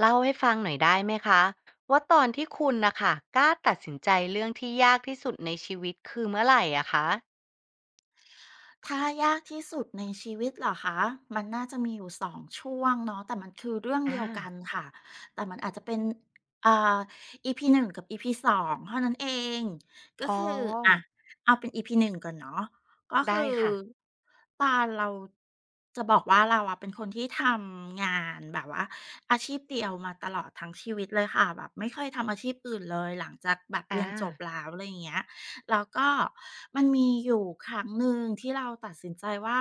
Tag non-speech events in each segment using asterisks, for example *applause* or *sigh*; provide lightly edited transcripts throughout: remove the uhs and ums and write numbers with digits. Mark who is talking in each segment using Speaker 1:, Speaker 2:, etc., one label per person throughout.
Speaker 1: เล่าให้ฟังหน่อยได้ไหมคะว่าตอนที่คุณนะคะกล้าตัดสินใจเรื่องที่ยากที่สุดในชีวิตคือเมื่อไหร่อะคะ
Speaker 2: ถ้ายากที่สุดในชีวิตเหรอคะ มันน่าจะมีอยู่2ช่วงเนาะแต่มันคือเรื่องเดี
Speaker 1: อา
Speaker 2: ยวกันค่ะ แต่มันอาจจะเป็นอ่า EP งกับ EP งเท่านั้นเอง ก็
Speaker 1: อ๋อ
Speaker 2: คืออะเอาเป็น EP งก่อนเนาะก็คือ
Speaker 1: ได้ค่ะ
Speaker 2: ตอนเราจะบอกว่าเราอะเป็นคนที่ทำงานแบบว่าอาชีพเดียวมาตลอดทั้งชีวิตเลยค่ะแบบไม่เคยทำอาชีพอื่นเลยหลังจากแบบเรี
Speaker 1: อา
Speaker 2: ยนจบแล้วอะไรอย่างเงี้ย แล้วก็มันมีอยู่ครั้งหนึ่งที่เราตัดสินใจว่า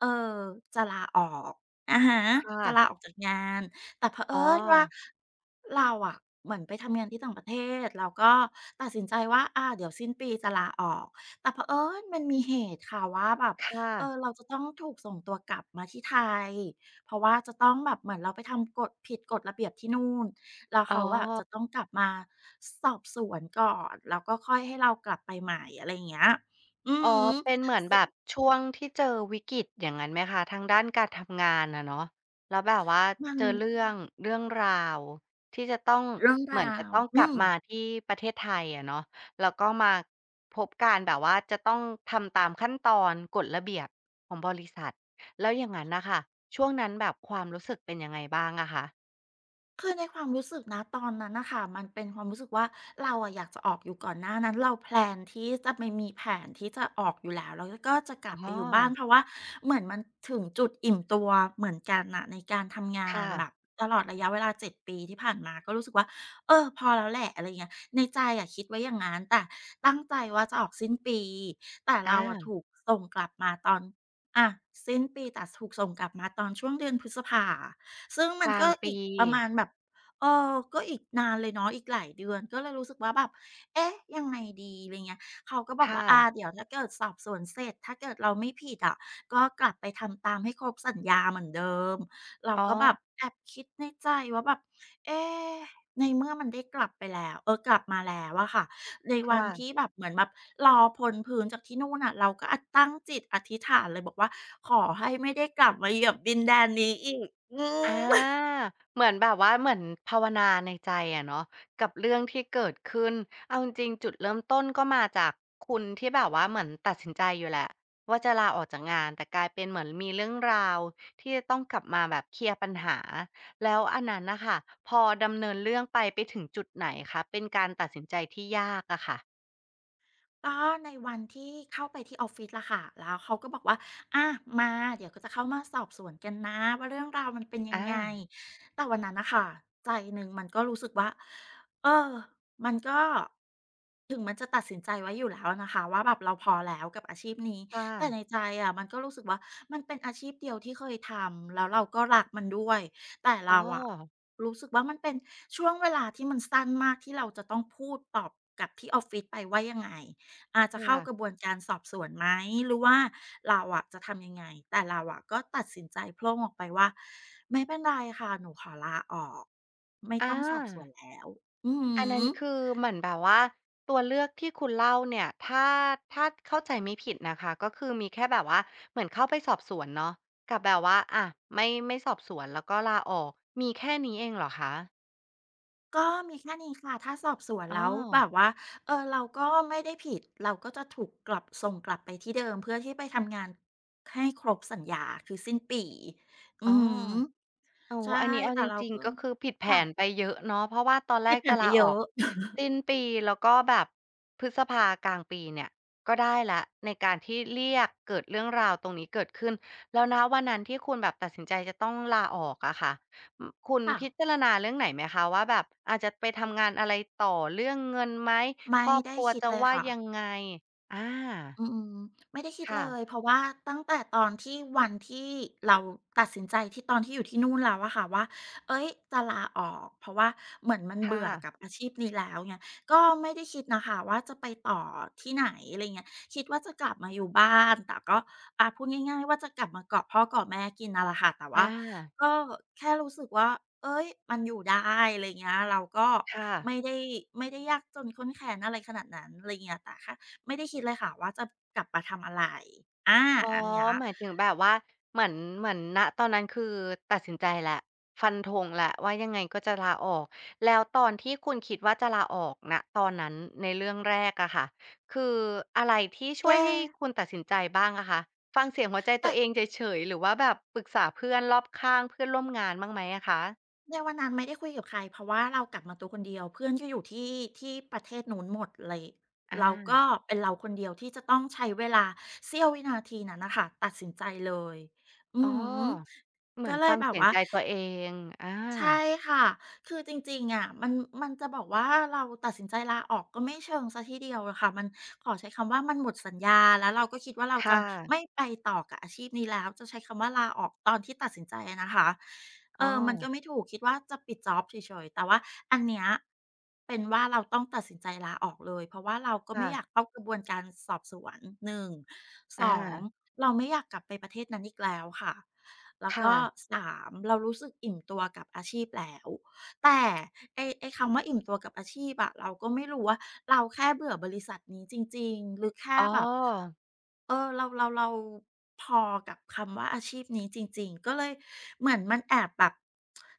Speaker 2: เออจะลาออกอะฮะ
Speaker 1: ค่ะ
Speaker 2: จะลาออกจากงานแต่เผ
Speaker 1: อ๋อ
Speaker 2: อิญว่าเราอะเหมือนไปทำงานที่ต่างประเทศแล้วก็ตัดสินใจว่าอาเดี๋ยวสิ้นปีจะลาออกแต่เผอิญมันมีเหตุค่ะว่าแบบ
Speaker 1: ค่ะ
Speaker 2: เราจะต้องถูกส่งตัวกลับมาที่ไทยเพราะว่าจะต้องแบบเหมือนเราไปทำกฎผิดกฎระเบียบที่นู่น แล้ว
Speaker 1: อ๋อ
Speaker 2: เขาอะจะต้องกลับมาสอบสวนก่อนแล้วก็ค่อยให้เรากลับไปใหม่อะไรอย่างเงี้ยอื
Speaker 1: อ๋อ
Speaker 2: อฮึ
Speaker 1: เป็นเหมือนแบ
Speaker 2: ซึ่ง
Speaker 1: บช่วงที่เจอวิกฤตอย่างนั้นไหมคะทางด้านการทำงานอะเนาะแล้วแบบว่า
Speaker 2: มัน
Speaker 1: เจอเรื่องราวที่จะต้อง
Speaker 2: เรื่อง
Speaker 1: เหมือน
Speaker 2: รา
Speaker 1: จะ
Speaker 2: ว
Speaker 1: ต้องกลับมาที่ประเทศไทยอะเนาะแล้วก็มาพบการแบบว่าจะต้องทำตามขั้นตอนกฎระเบียบของบริษัท แล้วอย่างงั้นน่ะค่ะช่วงนั้นแบบความรู้สึกเป็นยังไงบ้างอะคะ
Speaker 2: คือในความรู้สึกนะตอนนั้นนะคะมันเป็นความรู้สึกว่าเราอะอยากจะออกอยู่ก่อนหน้านั้นเราแพลนที่จะไม่มีแผนที่จะออกอยู่แล้วแล้วก็จะกลับไป
Speaker 1: อ๋อ
Speaker 2: อยู่บ้านเพราะว่าเหมือนมันถึงจุดอิ่มตัวเหมือนกันน่ะในการทำงาน
Speaker 1: ค่ะ
Speaker 2: แบบตลอดระยะเวลา7 ปีที่ผ่านมาก็รู้สึกว่าพอแล้วแหละอะไรเงี้ยในใจอะคิดไว้อย่างงั้นแต่ตั้งใจว่าจะออกสิ้นปีแต่เราอะ
Speaker 1: อา
Speaker 2: ถูกส่งกลับมาตอนอะสิ้นปีแต่ถูกส่งกลับมาตอนช่วงเดือนพฤษภา ซึ่งมั
Speaker 1: ก
Speaker 2: น
Speaker 1: ลาง
Speaker 2: ก็อี
Speaker 1: ปี
Speaker 2: กประมาณแบบก็อีกนานเลยเนาะอีกหลายเดือนก็เลยรู้สึกว่าแบบเอ๊ะยังไงดีอะไรเงี้ยเขาก็บอก
Speaker 1: ค่ะ
Speaker 2: ว่าอาเดี๋ยวถ้าเกิดสอบสวนเสร็จถ้าเกิดเราไม่ผิดอะก็กลับไปทำตามให้ครบสัญญาเหมือนเดิมเรา
Speaker 1: อ๋อ
Speaker 2: ก็แบบแอบคิดในใจว่าแบบเอ๊ในเมื่อมันได้กลับไปแล้วกลับมาแล้วอะค่ะ ในวัน
Speaker 1: ค่ะ
Speaker 2: ที่แบบเหมือนแบบรอพลพื้นจากที่นู่นน่ะเราก็อะตั้งจิตอธิษฐานเลยบอกว่าขอให้ไม่ได้กลับมาเหยียบดินแดนนี้อีกอื
Speaker 1: อ
Speaker 2: ม
Speaker 1: าเหมือนแบบว่าเหมือนภาวนาในใจอะเนาะกับเรื่องที่เกิดขึ้นเอาจริงๆจุดเริ่มต้นก็มาจากคุณที่แบบว่าเหมือนตัดสินใจอยู่แหละว่าจะลาออกจากงานแต่กลายเป็นเหมือนมีเรื่องราวที่จะต้องกลับมาแบบเคลียร์ปัญหาแล้วอันนั้นน่ะค่ะพอดำเนินเรื่องไปไปถึงจุดไหนคะเป็นการตัดสินใจที่ยากอะค่ะ
Speaker 2: ก็ในวันที่เข้าไปที่ออฟฟิศละค่ะแล้วเขาก็บอกว่าอ่ามาเดี๋ยวก็จะเข้ามาสอบสวนกันนะว่าเรื่องราวมันเป็นยัง
Speaker 1: อา
Speaker 2: ไงแต่วันนั้นนะคะใจหนึ่งมันก็รู้สึกว่าเออมันก็ถึงมันจะตัดสินใจไว้อยู่แล้วนะคะว่าแบบเราพอแล้วกับอาชีพนี้
Speaker 1: ค่ะ
Speaker 2: แต่ในใจอะมันก็รู้สึกว่ามันเป็นอาชีพเดียวที่เคยทำแล้วเราก็รักมันด้วยแต่
Speaker 1: อ๋อ
Speaker 2: เราอะรู้สึกว่ามันเป็นช่วงเวลาที่มันสั้นมากที่เราจะต้องพูดตอบกับที่ออฟฟิศไปว่ายังไง อาจจะเข้ากระบ
Speaker 1: ค่ะ
Speaker 2: วนการสอบสวนไหมหรือว่าเราอะจะทำยังไงแต่เราอะก็ตัดสินใจโพล่งออกไปว่าไม่เป็นไรค่ะหนูขอลาออกไม่ต้
Speaker 1: อา
Speaker 2: องสอบสวนแล้วอือฮึ
Speaker 1: อันนั้นคือเหมือนแบบว่าตัวเลือกที่คุณเล่าเนี่ยถ้าถ้าเข้าใจไม่ผิดนะคะก็คือมีแค่แบบว่าเหมือนเข้าไปสอบสวนเนาะกับแบบว่าอะไม่สอบสวนแล้วก็ลาออกมีแค่นี้เองเหรอคะ
Speaker 2: ก็มีแค่นี้ค่ะถ้าสอบสวน
Speaker 1: อ้อ
Speaker 2: แล้วแบบว่าเราก็ไม่ได้ผิดเราก็จะถูกกลับส่งกลับไปที่เดิมเพื่อที่ไปทำงานให้ครบสัญญาคือสิ้นปีอื
Speaker 1: อ้
Speaker 2: อ
Speaker 1: อ
Speaker 2: หือ
Speaker 1: โอ้
Speaker 2: ใช่
Speaker 1: อันนี้เอา
Speaker 2: แต่
Speaker 1: จ
Speaker 2: เรา
Speaker 1: ริง
Speaker 2: ก็
Speaker 1: ๆก็คือผิดแผ
Speaker 2: ค่ะ
Speaker 1: นไปเยอะเนาะเพราะว่าตอนแร
Speaker 2: ผิด
Speaker 1: ก
Speaker 2: แป
Speaker 1: จะ
Speaker 2: นไป
Speaker 1: ลา
Speaker 2: เย
Speaker 1: ออก
Speaker 2: อะ
Speaker 1: สิ้นปีแล้วก็แบบพฤษภากลางปีเนี่ยก็ได้แล้วในการที่เรียกเกิดเรื่องราวตรงนี้เกิดขึ้นแล้วณวันนั้นที่คุณแบบตัดสินใจจะต้องลาออกอะค่ะอือคุณ
Speaker 2: ค่ะ
Speaker 1: พิจารณาเรื่องไหนไหมคะว่าแบบอาจจะไปทำงานอะไรต่อเรื่องเงินไหม
Speaker 2: ไม่
Speaker 1: ครอบค
Speaker 2: ได้
Speaker 1: รัว
Speaker 2: คิด
Speaker 1: จะ
Speaker 2: เลย
Speaker 1: ว่า
Speaker 2: ค่ะ
Speaker 1: ยังไงอา
Speaker 2: อืมไม่ได้คิดเล
Speaker 1: ค่ะ
Speaker 2: ยเพราะว่าตั้งแต่ตอนที่วันที่เราตัดสินใจที่ตอนที่อยู่ที่นู่นแล้วอะค่ะว่าเอ้ยจะลาออกเพราะว่าเหมือนมัน
Speaker 1: ค่ะ
Speaker 2: เบื่อกับอาชีพนี้แล้วเนี่ยก็ไม่ได้คิดนะคะว่าจะไปต่อที่ไหนอะไรเงี้ยคิดว่าจะกลับมาอยู่บ้านแต่ก็พูดง่ายๆว่าจะกลับมาเกาะพ่อเกาะแม่กินนั่นแหละค่ะแต่
Speaker 1: อ
Speaker 2: ว่า
Speaker 1: า
Speaker 2: ก็แค่รู้สึกว่าเอ้ยมันอยู่ได้อะไรเงี้ยเราก็
Speaker 1: ค่ะ
Speaker 2: ไม่ได้ไม่ได้ยากจนข้นแค้นอะไรขนาดนั้นอะไรเงี้ยแต่ค่ ไม่ได้คิดเลยค่ะว่าจะกลับมาทำอะไรอา
Speaker 1: อ๋อ
Speaker 2: อันเนี้ย
Speaker 1: หมายถึงแบบว่าเหมือนเหมือนณตอนนั้นคือตัดสินใจแล้วฟันธงแล้วว่ายังไงก็จะลาออกแล้วตอนที่คุณคิดว่าจะลาออกณตอนนั้นในเรื่องแรกอะค่ะคืออะไรที่ช่วย
Speaker 2: แก้
Speaker 1: ให้คุณตัดสินใจบ้างอะคะฟังเสียงหัวใจ
Speaker 2: แต่
Speaker 1: ตัวเองเฉยๆหรือว่าแบบปรึกษาเพื่อนรอบข้างเพื่อนร่วมงานบ้างไหมอะคะ
Speaker 2: ในวันนั้นไม่ได้คุยกับใครเพราะว่าเรากลับมาตัวคนเดียวเพื่อนก็อยู่ที่ที่ประเทศนู้นหมดเลย
Speaker 1: อา
Speaker 2: แล้วก็เป็นเราคนเดียวที่จะต้องใช้เวลาเสี้ยววินาทีนั้นน่ะค่ะตัดสินใจเลยอื
Speaker 1: อ๋อ
Speaker 2: อฮึ
Speaker 1: เหมื
Speaker 2: ก็
Speaker 1: อน
Speaker 2: เลย
Speaker 1: ฟัง
Speaker 2: แบบ
Speaker 1: เสียง
Speaker 2: ว่า
Speaker 1: ใจตัวเองอา
Speaker 2: ใช่ค่ะคือจริงๆอะมันจะบอกว่าเราตัดสินใจลาออกก็ไม่เชิงเสียทีเดียวอะค่ะมันขอใช้คำว่ามันหมดสัญญาแล้วเราก็คิดว่าเราจะ
Speaker 1: ค่ะ
Speaker 2: ไม่ไปต่อกับอาชีพนี้แล้วจะใช้คำว่าลาออกตอนที่ตัดสินใจอะนะคะเอ
Speaker 1: อ้
Speaker 2: อมั
Speaker 1: อ
Speaker 2: นก็ไม่ถูกคิดว่าจะปิดจ็อบเฉยๆแต่ว่าอันเนี้ยเป็นว่าเราต้องตัดสินใจลาออกเลยเพราะว่าเราก็ไม่อยาก
Speaker 1: ค่ะ
Speaker 2: เข้ากระบวนการสอบสวนหนึ่งส
Speaker 1: อา
Speaker 2: องเราไม่อยากกลับไปประเทศนั้นอีกแล้วค่ะ แล้ว
Speaker 1: ค่ะ
Speaker 2: ก็สามเรารู้สึกอิ่มตัวกับอาชีพแล้วแต่ไอ้คำว่าอิ่มตัวกับอาชีพอะเราก็ไม่รู้ว่าเราแค่เบื่อบริษัทนี้จริงๆหรือแค่
Speaker 1: อ๋อ
Speaker 2: แบบ เออเราพอกับคำว่าอาชีพนี้จริงๆก็เลยเหมือนมันแอบแบบ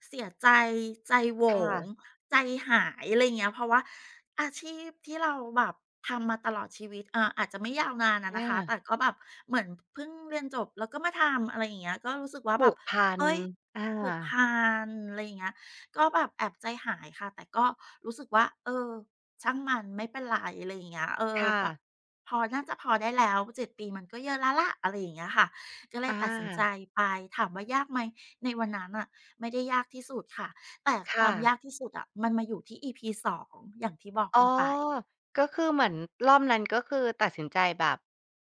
Speaker 2: เสียใจใจโหวง
Speaker 1: ค่ะ
Speaker 2: ใจหายอะไราเงี้ยเพราะว่าอาชีพที่เราแบบทำมาตลอดชีวิตเอออาจจะไม่ยาวนานอะ
Speaker 1: อ
Speaker 2: นะคะแต่
Speaker 1: า
Speaker 2: ก็แบบเหมือนเพิ่งเรียนจบแล้วก็มาทำอะไรอย่างเงี้ยก็รู้สึกว่าแบ
Speaker 1: ผู
Speaker 2: บ
Speaker 1: กพัน
Speaker 2: เอ้ย
Speaker 1: อา
Speaker 2: ผูกพันอะไรอย่างเงี้ยก็แบบแอบใจหายค่ะแต่ก็รู้สึกว่าเออช่างมันไม่เป็นไรอะไรอย่างเงี้ยเออ
Speaker 1: ค่ะ
Speaker 2: แบบ พอน่าจะพอได้แล้ว7ปีมันก็เยอะแล้วล่ะอะไรอย่างเงี้ยค่ะก็เล
Speaker 1: อ
Speaker 2: ยตัดสินใจ
Speaker 1: า
Speaker 2: ไป ถามว่ายากไหมในวันนั้นน่ะไม่ได้ยากที่สุดค่ะแต่ควา
Speaker 1: ค่ะ
Speaker 2: มยากที่สุดอะมันมาอยู่ที่ EP 2องอย่างที่บอก
Speaker 1: อ๋
Speaker 2: คุ
Speaker 1: อ
Speaker 2: ณไป
Speaker 1: ก็คือเหมือนรอบนั้นก็คือตัดสินใจแบบ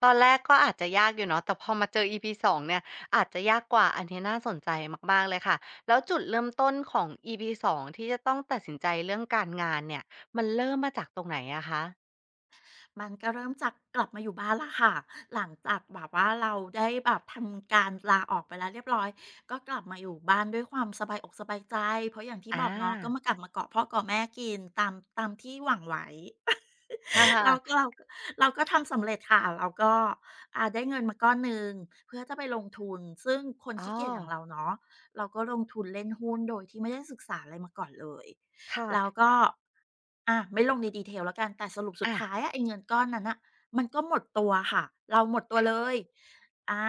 Speaker 1: ตอนแรกก็อาจจะยากอยู่เนาะแต่พอมาเจอ EP 2เนี่ยอาจจะยากกว่าอันนี้น่าสนใจมากๆเลยค่ะแล้วจุดเริ่มต้นของ EP 2ที่จะต้องตัดสินใจเรื่องการงานเนี่ยมันเริ่มมาจากตรงไหนอะคะ
Speaker 2: มันก็เริ่มจากกลับมาอยู่บ้านแล้วค่ะหลังจากแบบว่าเราได้แบบทำการลาออกไปแล้วเรียบร้อย ก็กลับมาอยู่บ้านด้วยความสบายอกสบายใจ เพราะอย่างที่
Speaker 1: อ
Speaker 2: บอกเนาะก็
Speaker 1: า
Speaker 2: มากลับมาเกาะพ่อเกาะแม่กินตามที่หวังไว้
Speaker 1: ค
Speaker 2: เรา
Speaker 1: ่ะ
Speaker 2: ก็เราก็เราก็ทำสำเร็จค่ะเราก็ได้เงินมาก้อนหนึ่งเพื่อจะไปลงทุนซึ่งคน
Speaker 1: ๆอ๋อ
Speaker 2: ขี้เกียจอย่างเราเนาะเราก็ลงทุนเล่นหุ้นโดยที่ไม่ได้ศึกษาอะไรมาก่อนเลยแล้ว
Speaker 1: ค่ะ
Speaker 2: ก็ไม่ลงใน detail แล้วกันแต่สรุปสุด
Speaker 1: อา
Speaker 2: ท้ายอะไอ้เงินก้อนนั้นน่ะมันก็หมดตัวค่ะเราหมดตัวเลยอา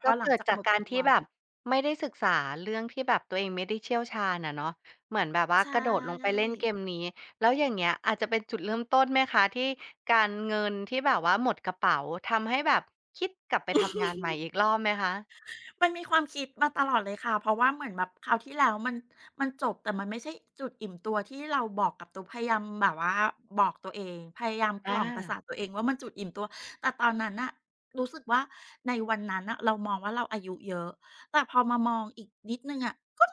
Speaker 2: พอ
Speaker 1: ก็
Speaker 2: หลัง
Speaker 1: เกิด
Speaker 2: จากห
Speaker 1: จา
Speaker 2: ม
Speaker 1: ก
Speaker 2: ด
Speaker 1: การ
Speaker 2: ตัว
Speaker 1: ที่แบบไม่ได้ศึกษาเรื่องที่แบบตัวเองไม่ได้เชี่ยวชาญอะเนาะเหมือนแบบว่า
Speaker 2: ใช่
Speaker 1: กระโดดลงไปเล่นเกมนี้แล้วอย่างเงี้ยอาจจะเป็นจุดเริ่มต้นไหมคะที่การเงินที่แบบว่าหมดกระเป๋าทำให้แบบคิดกลับไปทำงานใหม่อีกรอบไหมคะ
Speaker 2: มันมีความคิดมาตลอดเลยค่ะเพราะว่าเหมือนแบบคราวที่แล้วมันจบแต่มันไม่ใช่จุดอิ่มตัวที่เราบอกกับตัวพยายามแบบว่าบอกตัวเองพยายามกล่อมประ
Speaker 1: อา
Speaker 2: สาทตัวเองว่ามันจุดอิ่มตัว แต่ตอนนั้นน่ะรู้สึกว่าในวันนั้นน่ะเรามองว่าเราอายุเยอะแต่พอมามองอีกนิดหนึ่งอะก็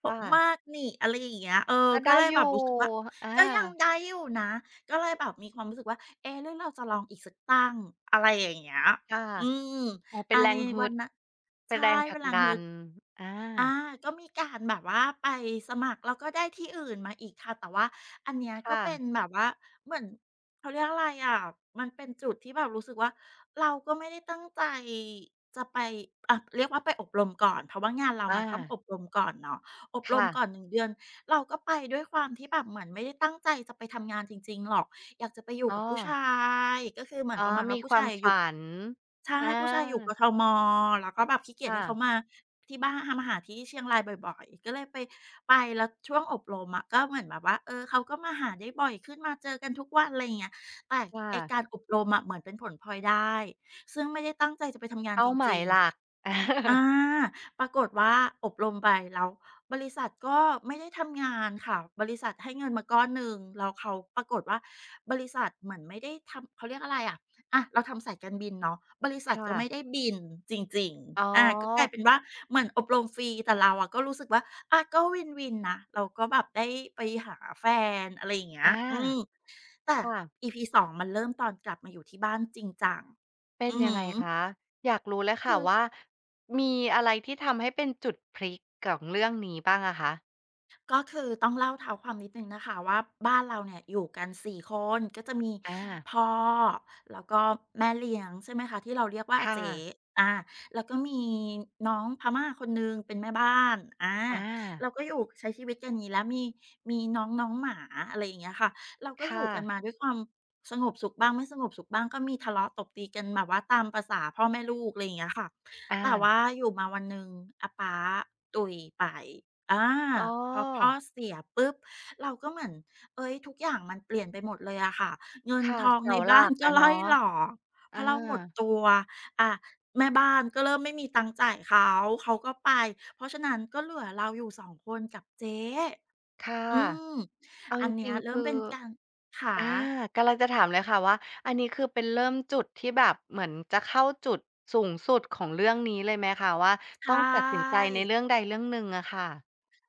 Speaker 2: โต
Speaker 1: ค่ะ
Speaker 2: มากนี่อะไรอย่างเงี้ยเออ
Speaker 1: ก็
Speaker 2: ก็
Speaker 1: ได้
Speaker 2: เลย
Speaker 1: อ
Speaker 2: แบบ
Speaker 1: ยู่
Speaker 2: รู้สึกว่า
Speaker 1: อา
Speaker 2: ก็ยังได้อยู่นะก็เลยแบบมีความรู้สึกว่าเอ๊ะหรือเราจะลองอีกสักตั้งอะไรอย่างเงี้ย
Speaker 1: ค่ะ
Speaker 2: อืม
Speaker 1: อ๋อเป็
Speaker 2: อา
Speaker 1: นแร
Speaker 2: ใน
Speaker 1: งฮึ
Speaker 2: วัน
Speaker 1: ด
Speaker 2: นั้น
Speaker 1: เป็น
Speaker 2: ใช่
Speaker 1: แรงผลั
Speaker 2: พ
Speaker 1: ก
Speaker 2: ลัง
Speaker 1: ดั
Speaker 2: ฮึ
Speaker 1: น
Speaker 2: ด
Speaker 1: อา
Speaker 2: อาก็มีการแบบว่าไปสมัครแล้วก็ได้ที่อื่นมาอีกค่ะ แต่ว่าอันเนี้ยก็
Speaker 1: ค่ะ
Speaker 2: เป็นแบบว่าเหมือนเขาเรียกอะไรอะมันเป็นจุดที่แบบรู้สึกว่าเราก็ไม่ได้ตั้งใจจะไปอะเรียกว่าไปอบรมก่อน เพราะว่างานเรามันต้อง
Speaker 1: อา
Speaker 2: อบรมก่อนเนาะ อบรม
Speaker 1: ค่ะ
Speaker 2: ก่อนหนึงเดือนเราก็ไปด้วยความที่แบบเหมือนไม่ได้ตั้งใจจะไปทำงานจริงๆหรอก อยากจะไปอยู่
Speaker 1: อ๋อ
Speaker 2: กับผู้ชาย ก็คือเหมือ
Speaker 1: อ๋
Speaker 2: น
Speaker 1: อ
Speaker 2: ประมาณว่า
Speaker 1: มีค
Speaker 2: ผู้
Speaker 1: วา
Speaker 2: ชา
Speaker 1: ม
Speaker 2: ยยุ
Speaker 1: ฝั
Speaker 2: ค
Speaker 1: น
Speaker 2: ใช่
Speaker 1: อา
Speaker 2: ผู้ชายอยู่กทมแล้วก็แบบขี้เกียจให้เขา
Speaker 1: ค่ะ
Speaker 2: มาที่บ้านทำมาหาที่เชียงรายบ่อยๆ ก็เลยไปไปแล้วช่วงอบรมอะก็เหมือนแบบว่าเออเขาก็มาหาได้บ่อยขึ้นมาเจอกันทุกวันอะไรอย่างเงี้ยแต่
Speaker 1: ค่ะ
Speaker 2: ไอ้การอบรมอะเหมือนเป็นผลพลอยได้ซึ่งไม่ได้ตั้งใจจะไปทำงานจ
Speaker 1: เป้าหมา
Speaker 2: ริ
Speaker 1: ย
Speaker 2: ง
Speaker 1: หลัก
Speaker 2: ๆ
Speaker 1: *laughs* อา
Speaker 2: อาปรากฏว่าอบรมไปแล้วบริษัทก็ไม่ได้ทำงานค่ะบริษัทให้เงินมาก้อนหนึ่งแล้วเขาปรากฏว่าบริษัทเหมือนไม่ได้ทำเขาเรียกอะไรอะอะเราทำสายการบินเนาะบริษัทก็
Speaker 1: ค่ะ
Speaker 2: ไม่ได้บินจริง
Speaker 1: อ๋อ
Speaker 2: ๆอาก็กลายเป็นว่าเหมือนอบรมฟรีแต่เราอะก็รู้สึกว่าอาก็วินๆนะเราก็แบบได้ไปหาแฟนอะไรอย่างเงี้
Speaker 1: อา
Speaker 2: ยอืมแต่
Speaker 1: ค่ะ
Speaker 2: EP สองมันเริ่มตอนกลับมาอยู่ที่บ้านจริงจัง
Speaker 1: เป็น
Speaker 2: อือ
Speaker 1: ยัง
Speaker 2: ฮึ
Speaker 1: ไงคะ อยากรู้เลย
Speaker 2: คื
Speaker 1: ค่ะ
Speaker 2: อ
Speaker 1: ว่ามีอะไรที่ทำให้เป็นจุดพลิกของเรื่องนี้บ้างอะคะ
Speaker 2: ก็คือต้องเล่าเท้าความนิดนึงนะคะว่าบ้านเราเนี่ยอยู่กันสี่คนก็จะมี
Speaker 1: อา
Speaker 2: พ่อแล้วก็แม่เลี้ยงใช่ไหมคะที่เราเรียกว่าอา
Speaker 1: ค่ะ
Speaker 2: เจ๊อาแล้วก็มีน้องพม่าคนหนึ่งเป็นแม่บ้านอา
Speaker 1: อา
Speaker 2: เราก็อยู่ใช้ชีวิตกันอย่างนี้แล้วมีมีน้องน้องหมาอะไรอย่างเงี้ยค่ะเราก็อยู่
Speaker 1: ค่ะ
Speaker 2: กันมาด้วยความสงบสุขบ้างไม่สงบสุขบ้างก็มีทะเลาะตบตีกันแบบว่าตามประษาพ่อแม่ลูกอะไรอย่างเงี้ยค่ะ
Speaker 1: อา
Speaker 2: แต่ว่าอยู่มาวันหนึ่งอาป้าตุยไป อา
Speaker 1: อ๋อ
Speaker 2: พอพ่อเสียปุ๊บเราก็เหมือนเฮ้ยทุกอย่างมันเปลี่ยนไปหมดเลยอะค่ะเงิน
Speaker 1: ค่ะ
Speaker 2: ทองใน
Speaker 1: เสาห
Speaker 2: บ้า
Speaker 1: ลั
Speaker 2: น
Speaker 1: ก
Speaker 2: ก็
Speaker 1: อะ
Speaker 2: ร่อย
Speaker 1: เนาะ
Speaker 2: หรอเพราะ
Speaker 1: อา
Speaker 2: เราหมดตัวอาแม่บ้านก็เริ่มไม่มีตังค์จ่ายเขาเขาก็ไปเพราะฉะนั้นก็เหลือเราอยู่สองคนกับเจ๊
Speaker 1: ค่ะ
Speaker 2: อืม
Speaker 1: เอาจ
Speaker 2: อันเนี้
Speaker 1: ริ
Speaker 2: ย
Speaker 1: งๆ
Speaker 2: เริ่ม
Speaker 1: คือ
Speaker 2: เป็นการขา
Speaker 1: อากำลังจะถามเลยค่ะว่าอันนี้คือเป็นเริ่มจุดที่แบบเหมือนจะเข้าจุดสูงสุดของเรื่องนี้เลยไหมคะว่าต้อง
Speaker 2: ใช่
Speaker 1: ตัดสินใจในเรื่องใดเรื่องหนึ่งอะค่ะ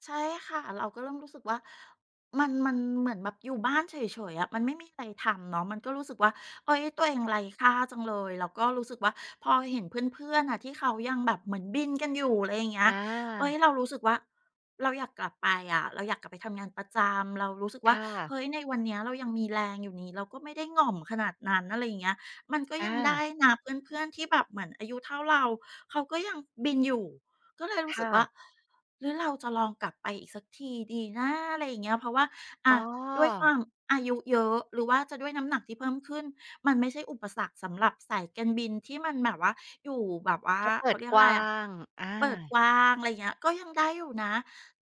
Speaker 2: ใช่ค่ะเราก็เริ่มรู้สึกว่ามันเหมือนแบบอยู่บ้านเฉยๆอะมันไม่มีอะไรทำเนาะมันก็รู้สึกว่าเอ้ยตัวเองไร้ค่าจังเลยแล้วก็รู้สึกว่าพอเห็นเพื่อนๆน่ะที่เขายังแบบเหมือนบินกันอยู่อะไรอย่างเงี้ย
Speaker 1: อา
Speaker 2: เอ้ยเรารู้สึกว่าเราอยากกลับไปอะเราอยากกลับไปทำงานประจำเรารู้สึกว่า
Speaker 1: ค่ะ
Speaker 2: เฮ้ยในวันเนี้ยเรายังมีแรงอยู่นี่เราก็ไม่ได้หง่อมขนาดนั้นอะไรอย่างเงี้ยมันก็ยั
Speaker 1: อา
Speaker 2: งได้นะเพื่อนๆที่แบบเหมือนอายุเท่าเราเขาก็ยังบินอยู่ก็เลยรู้สึก
Speaker 1: ค่ะ
Speaker 2: ว่า หรือเราจะลองกลับไปอีกสักทีดีนะอะไรอย่างเงี้ยเพราะว่า
Speaker 1: อ๋
Speaker 2: อะด้วยค
Speaker 1: อ
Speaker 2: วามอายุเยอะหรือว่าจะด้วยน้ำหนักที่เพิ่มขึ้นมันไม่ใช่อุปสรรคสำหรับสายการบินที่มันแบบว่าอยู่แบบว่า
Speaker 1: เขาเปิ
Speaker 2: เขา
Speaker 1: ด
Speaker 2: เรียก
Speaker 1: ก
Speaker 2: อะไร
Speaker 1: ว้า
Speaker 2: อะ
Speaker 1: งอา
Speaker 2: เปิดกว้างอะไรเงี้ยก็ยังได้อยู่นะ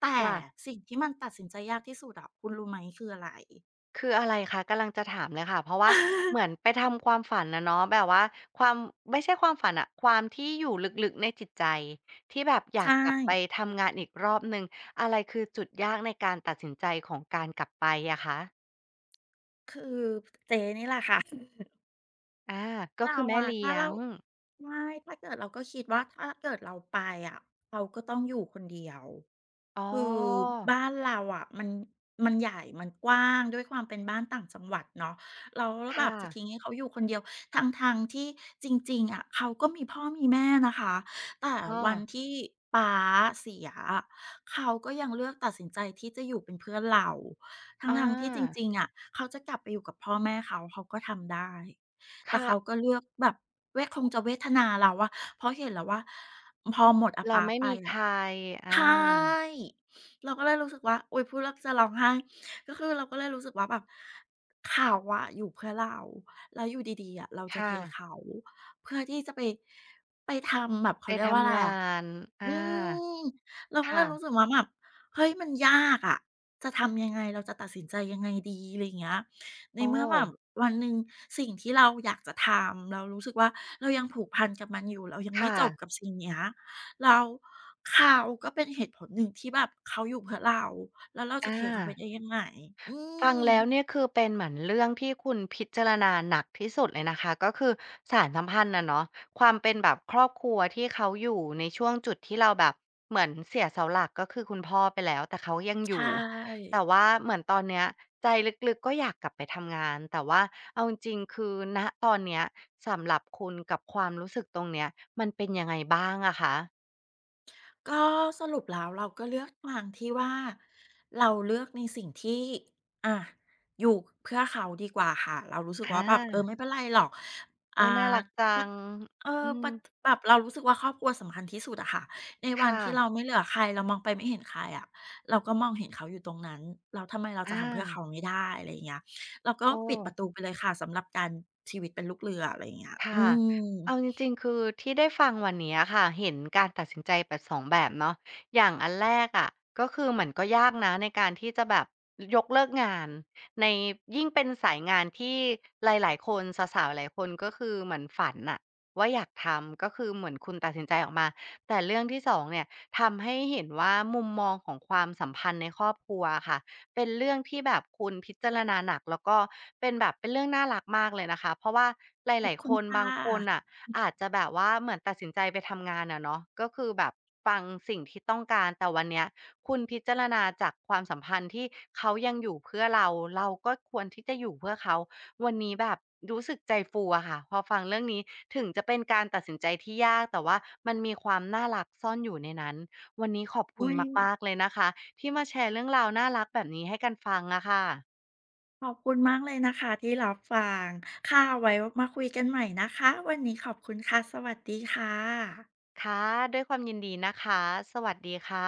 Speaker 2: แต่
Speaker 1: ค่ะ
Speaker 2: สิ่งที่มันตัดสินใจยากที่สุดอะคุณรู้ไหมคืออะไร
Speaker 1: คืออะไรคะกำลังจะถามเลยค่ะเพราะว่า
Speaker 2: อา *laughs*
Speaker 1: เหมือนไปทำความฝันอะเนาะแบบว่าความไม่ใช่ความฝันอะความที่อยู่ลึกๆในจิตใจที่แบบอยา
Speaker 2: ใช่
Speaker 1: กกลับไปทำงานอีกรอบหนึ่งอะไรคือจุดยากในการตัดสินใจของการกลับไปอะคะ
Speaker 2: คือเจ๊นี่แหละค่ะ
Speaker 1: อาก็
Speaker 2: เรา
Speaker 1: คือแม่
Speaker 2: อะ
Speaker 1: เลี้ยง
Speaker 2: ถ้าเกิดเราก็คิดว่าถ้าเกิดเราไปอะเราก็ต้องอยู่คนเดียว
Speaker 1: อ๋อ
Speaker 2: คือบ้านเราอะมันใหญ่มันกว้างด้วยความเป็นบ้านต่างจังหวัดเนาะแล้วแบ
Speaker 1: ค่ะ
Speaker 2: บจะทิ้งให้เขาอยู่คนเดียวทั้งๆที่จริงๆอะเขาก็มีพ่อมีแม่นะคะแต่
Speaker 1: อ้อ
Speaker 2: วันที่ป๊าเสียอะเขาก็ยังเลือกตัดสินใจที่จะอยู่เป็นเพื่อนเรา
Speaker 1: อา
Speaker 2: ทั้งๆที่จริงๆอะเขาจะกลับไปอยู่กับพ่อแม่เขาเขาก็ทำได้ แต่
Speaker 1: ค่ะ
Speaker 2: เขาก็เลือกแบบเวทคงจะเวทนาเราอะเพราะเห็นแล้วว่าพอหมดอา
Speaker 1: เรา
Speaker 2: ป๊า
Speaker 1: ไม่
Speaker 2: ไป
Speaker 1: มีใค
Speaker 2: อะ
Speaker 1: ร
Speaker 2: ใช
Speaker 1: อา
Speaker 2: ่เราก็เลยรู้สึกว่าอุ๊ยพูดแล้วจะร้องไห้ก็คือเราก็เลยรู้สึกว่าแบบเขาอะอยู่เพื่อเราแล้วอยู่ดีๆอะเราจะเท
Speaker 1: ค่ะ
Speaker 2: เขาเพื่อที่จะไปไปทำแบบ
Speaker 1: ไป
Speaker 2: เขาเรียกว่าอะไร
Speaker 1: ทำงา
Speaker 2: อะ
Speaker 1: นอา
Speaker 2: อืมเราก็เล
Speaker 1: ค่ะ
Speaker 2: ยรู้สึกว่าแบบเฮ้ยมันยากอะจะทำยังไงเราจะตัดสินใจยังไงดีอะไรอย่างเงี้ยใน
Speaker 1: โอ้
Speaker 2: เมื่อแบบวันหนึ่งสิ่งที่เราอยากจะทำเรารู้สึกว่าเรายังผูกพันกับมันอยู่เรายังไม่จบกั
Speaker 1: ค่ะ
Speaker 2: บสิ่งเนี้ยแลเขาก็เป็นเหตุผลหนึ่งที่แบบเขาอยู่เพื่อเราแล้วเราจะ
Speaker 1: อา
Speaker 2: เทเขาไปได้ยังไงอื
Speaker 1: ฟัง
Speaker 2: ม
Speaker 1: แล้วเนี่ยคือเป็นเหมือนเรื่องที่คุณพิจารณาหนักที่สุดเลยนะคะก็คือสารสัมพันธ์นะเนาะความเป็นแบบครอบครัวที่เขาอยู่ในช่วงจุดที่เราแบบเหมือนเสียเสาหลักก็คือคุณพ่อไปแล้วแต่เขายังอ
Speaker 2: ใช่
Speaker 1: ยู่แต่ว่าเหมือนตอนเนี้ยใจลึกๆก็อยากกลับไปทำงานแต่ว่าเอาจริงๆคือณตอนเนี้ยสำหรับคุณกับความรู้สึกตรงเนี้ยมันเป็นยังไงบ้างอะคะ
Speaker 2: ก็สรุปแล้วเราก็เลือกทางที่ว่าเราเลือกในสิ่งที่อ่ะอยู่เพื่อเขาดีกว่าค่ะเรารู้สึกว่า
Speaker 1: อา
Speaker 2: แบบเออไม่เป็นไรหรอกอ่า
Speaker 1: โอ้ยน่ารักจัง
Speaker 2: เอ
Speaker 1: อื
Speaker 2: อ
Speaker 1: ม
Speaker 2: ปะแบบเรารู้สึกว่าครอบครัวสำคัญที่สุดอะค่ะในวัน
Speaker 1: ค่ะ
Speaker 2: ที่เราไม่เหลือใครเรามองไปไม่เห็นใครอะเราก็มองเห็นเขาอยู่ตรงนั้นแล้วทำไมเราจะทำเพื่อ
Speaker 1: อา
Speaker 2: เขาไม่ได้อะไรอย่างเงี้ยเราก็
Speaker 1: โอ้
Speaker 2: ปิดประตูไปเลยค่ะสำหรับการชีวิตเป็นลูกเรืออะไรอย่างเงี้ยอื
Speaker 1: ค่ะ
Speaker 2: ม
Speaker 1: เอาจริงๆคือที่ได้ฟังวันเนี้ยค่ะเห็นการตัดสินใจแบบสองแบบเนาะอย่างอันแรกอะก็คือเหมือนก็ยากนะในการที่จะแบบยกเลิกงานในยิ่งเป็นสายงานที่หลายๆคนสาวๆหลายคนก็คือเหมือนฝันน่ะว่าอยากทำก็คือเหมือนคุณตัดสินใจออกมาแต่เรื่องที่2เนี่ยทำให้เห็นว่ามุมมองของความสัมพันธ์ในครอบครัวอะค่ะ เป็นเรื่องที่แบบคุณพิจารณาหนักแล้วก็เป็นแบบเป็นเรื่องน่ารักมากเลยนะคะเพราะว่าห
Speaker 2: ขอบ
Speaker 1: ลาย
Speaker 2: คุ
Speaker 1: ๆค
Speaker 2: ณ
Speaker 1: น
Speaker 2: ค่
Speaker 1: บางคน
Speaker 2: ะ
Speaker 1: น่ะอาจจะแบบว่าเหมือนตัดสินใจไปทำงานอะเนาะก็คือแบบฟังสิ่งที่ต้องการแต่วันเนี้ยคุณพิจารณาจากความสัมพันธ์ที่เขายังอยู่เพื่อเราเราก็ควรที่จะอยู่เพื่อเขาวันนี้แบบรู้สึกใจฟูอะค่ะพอฟังเรื่องนี้ถึงจะเป็นการตัดสินใจที่ยากแต่ว่ามันมีความน่ารักซ่อนอยู่ในนั้น วันนี้ขอบคุณ
Speaker 2: อุ๊ย
Speaker 1: มากๆเลยนะคะที่มาแชร์เรื่องราวน่ารักแบบนี้ให้กันฟังอะค่ะ
Speaker 2: ขอบคุณมากเลยนะคะที่รับฟังค่ะไว้มาคุยกันใหม่นะคะวันนี้ขอบคุณค่ะสวัสดีค่ะ
Speaker 1: ค่ะด้วยความยินดีนะคะสวัสดีค่ะ